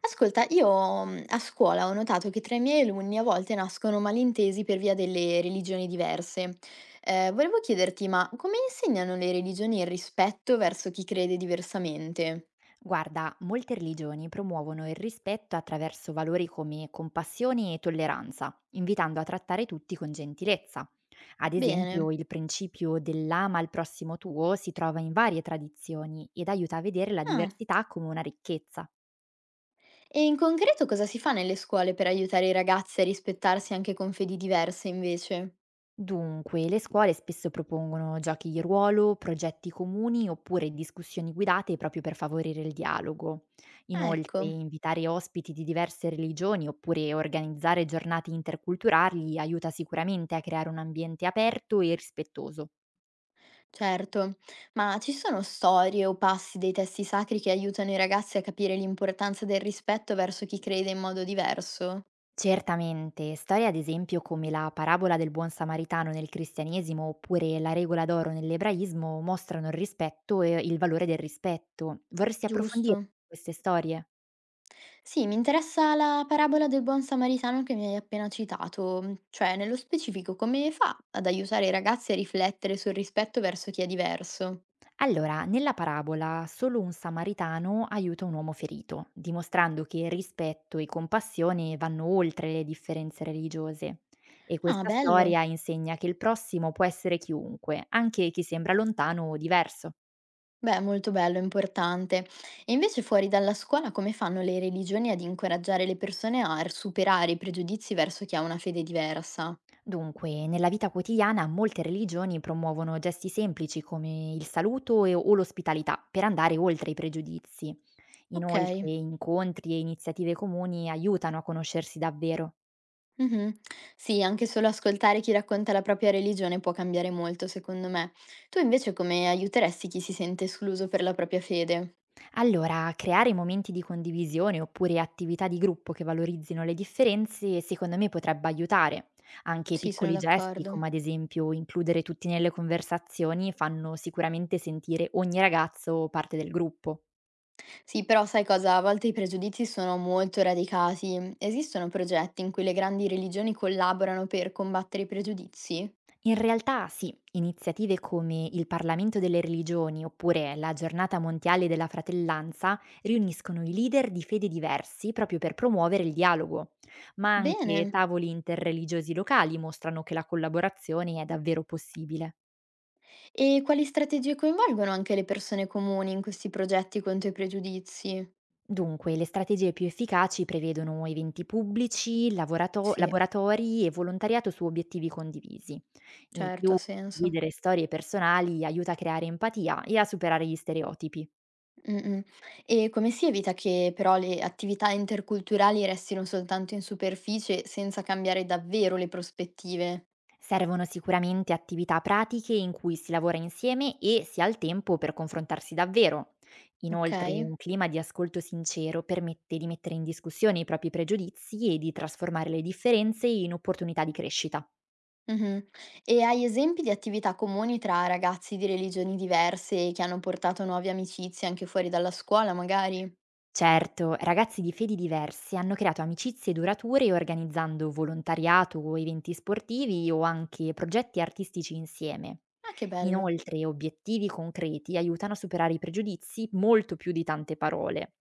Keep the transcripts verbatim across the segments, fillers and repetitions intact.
Ascolta, io mh, a scuola ho notato che tra i miei alunni a volte nascono malintesi per via delle religioni diverse. Eh, volevo chiederti, ma come insegnano le religioni il rispetto verso chi crede diversamente? Guarda, molte religioni promuovono il rispetto attraverso valori come compassione e tolleranza, invitando a trattare tutti con gentilezza. Ad esempio, Bene. il principio dell'ama al prossimo tuo si trova in varie tradizioni ed aiuta a vedere la Ah. diversità come una ricchezza. E in concreto cosa si fa nelle scuole per aiutare i ragazzi a rispettarsi anche con fedi diverse invece? Dunque, le scuole spesso propongono giochi di ruolo, progetti comuni oppure discussioni guidate proprio per favorire il dialogo. Ah, Inoltre, ecco, invitare ospiti di diverse religioni oppure organizzare giornate interculturali aiuta sicuramente a creare un ambiente aperto e rispettoso. certo. Ma ci sono storie o passi dei testi sacri che aiutano i ragazzi a capire l'importanza del rispetto verso chi crede in modo diverso? Certamente, storie ad esempio come la parabola del buon samaritano nel cristianesimo oppure la regola d'oro nell'ebraismo mostrano il rispetto e il valore del rispetto. Vorresti approfondire Giusto. queste storie? Sì, mi interessa la parabola del buon samaritano che mi hai appena citato, mh, cioè nello specifico come fa ad aiutare i ragazzi a riflettere sul rispetto verso chi è diverso. Allora, nella parabola solo un samaritano aiuta un uomo ferito, dimostrando che rispetto e compassione vanno oltre le differenze religiose. E Ah, questa bello. storia insegna che il prossimo può essere chiunque, anche chi sembra lontano o diverso. Beh, molto bello, importante. E invece fuori dalla scuola come fanno le religioni ad incoraggiare le persone a superare i pregiudizi verso chi ha una fede diversa? Dunque, nella vita quotidiana molte religioni promuovono gesti semplici come il saluto e- o l'ospitalità per andare oltre i pregiudizi. Ok. Inoltre, incontri e iniziative comuni aiutano a conoscersi davvero. Mh-mh. Sì, anche solo ascoltare chi racconta la propria religione può cambiare molto, secondo me. Tu invece come aiuteresti chi si sente escluso per la propria fede? Allora, creare momenti di condivisione oppure attività di gruppo che valorizzino le differenze, secondo me potrebbe aiutare. Anche Sì, sono piccoli gesti, d'accordo. come ad esempio includere tutti nelle conversazioni, fanno sicuramente sentire ogni ragazzo parte del gruppo. Sì, però sai cosa? A volte i pregiudizi sono molto radicati. Esistono progetti in cui le grandi religioni collaborano per combattere i pregiudizi? In realtà sì, iniziative come il Parlamento delle religioni oppure la Giornata Mondiale della Fratellanza riuniscono i leader di fede diversi proprio per promuovere il dialogo, ma anche Bene. tavoli interreligiosi locali mostrano che la collaborazione è davvero possibile. E quali strategie coinvolgono anche le persone comuni in questi progetti contro i pregiudizi? Dunque, le strategie più efficaci prevedono eventi pubblici, lavorato- Sì, laboratori e volontariato su obiettivi condivisi. In certo, più, ha senso. condividere storie personali aiuta a creare empatia e a superare gli stereotipi. Mh-mh. E come si evita che però le attività interculturali restino soltanto in superficie senza cambiare davvero le prospettive? Servono sicuramente attività pratiche in cui si lavora insieme e si ha il tempo per confrontarsi davvero. Inoltre, Okay. un clima di ascolto sincero permette di mettere in discussione i propri pregiudizi e di trasformare le differenze in opportunità di crescita. Mh-mh. E hai esempi di attività comuni tra ragazzi di religioni diverse che hanno portato nuove amicizie anche fuori dalla scuola magari? Certo, ragazzi di fedi diverse hanno creato amicizie durature organizzando volontariato o eventi sportivi o anche progetti artistici insieme. Ah, che bello. Inoltre, obiettivi concreti aiutano a superare i pregiudizi molto più di tante parole.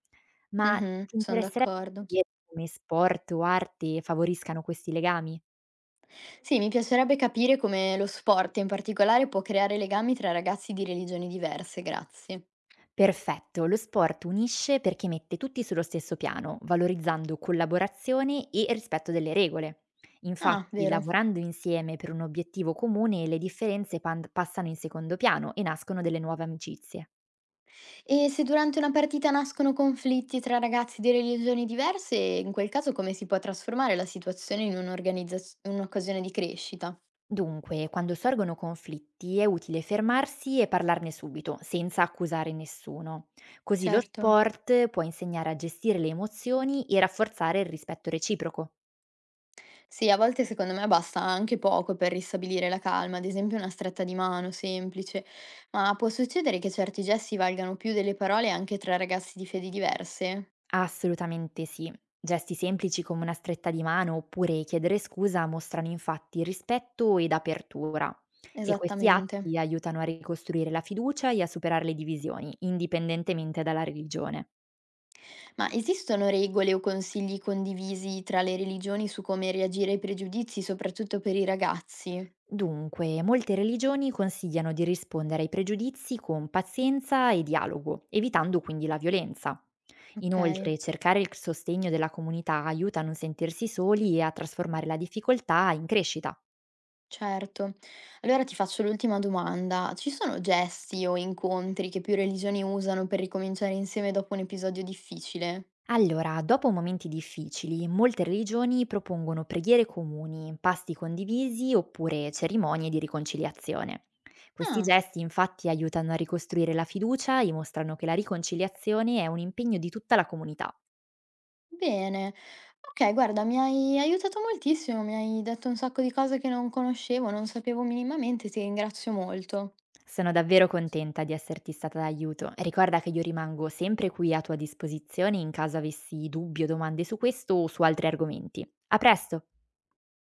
Ma Mh-mh, ti son interesserebbe d'accordo. sapere come sport o arte favoriscano questi legami? Sì, mi piacerebbe capire come lo sport in particolare può creare legami tra ragazzi di religioni diverse, grazie. Perfetto, lo sport unisce perché mette tutti sullo stesso piano, valorizzando collaborazione e rispetto delle regole. Ah, Infatti, vero. lavorando insieme per un obiettivo comune, le differenze pan- passano in secondo piano e nascono delle nuove amicizie. E se durante una partita nascono conflitti tra ragazzi di religioni diverse, in quel caso come si può trasformare la situazione in un'organizzaz- un'occasione di crescita? Dunque, quando sorgono conflitti è utile fermarsi e parlarne subito, senza accusare nessuno. Così lo Certo. sport può insegnare a gestire le emozioni e rafforzare il rispetto reciproco. Sì, a volte secondo me basta anche poco per ristabilire la calma, ad esempio una stretta di mano semplice, ma può succedere che certi gesti valgano più delle parole anche tra ragazzi di fedi diverse? Assolutamente sì. Gesti semplici come una stretta di mano oppure chiedere scusa mostrano infatti rispetto ed apertura e questi Esattamente. atti aiutano a ricostruire la fiducia e a superare le divisioni, indipendentemente dalla religione. Ma esistono regole o consigli condivisi tra le religioni su come reagire ai pregiudizi, soprattutto per i ragazzi? Dunque, molte religioni consigliano di rispondere ai pregiudizi con pazienza e dialogo, evitando quindi la violenza. Okay, Inoltre, cercare il sostegno della comunità aiuta a non sentirsi soli e a trasformare la difficoltà in crescita. certo. Allora ti faccio l'ultima domanda. Ci sono gesti o incontri che più religioni usano per ricominciare insieme dopo un episodio difficile? Allora, dopo momenti difficili, molte religioni propongono preghiere comuni, pasti condivisi oppure cerimonie di riconciliazione. Questi Ah, gesti infatti aiutano a ricostruire la fiducia e mostrano che la riconciliazione è un impegno di tutta la comunità. bene. Okay, guarda, mi hai aiutato moltissimo, mi hai detto un sacco di cose che non conoscevo, non sapevo minimamente, ti ringrazio molto. Sono davvero contenta di esserti stata d'aiuto e ricorda che io rimango sempre qui a tua disposizione in caso avessi dubbi o domande su questo o su altri argomenti. A presto!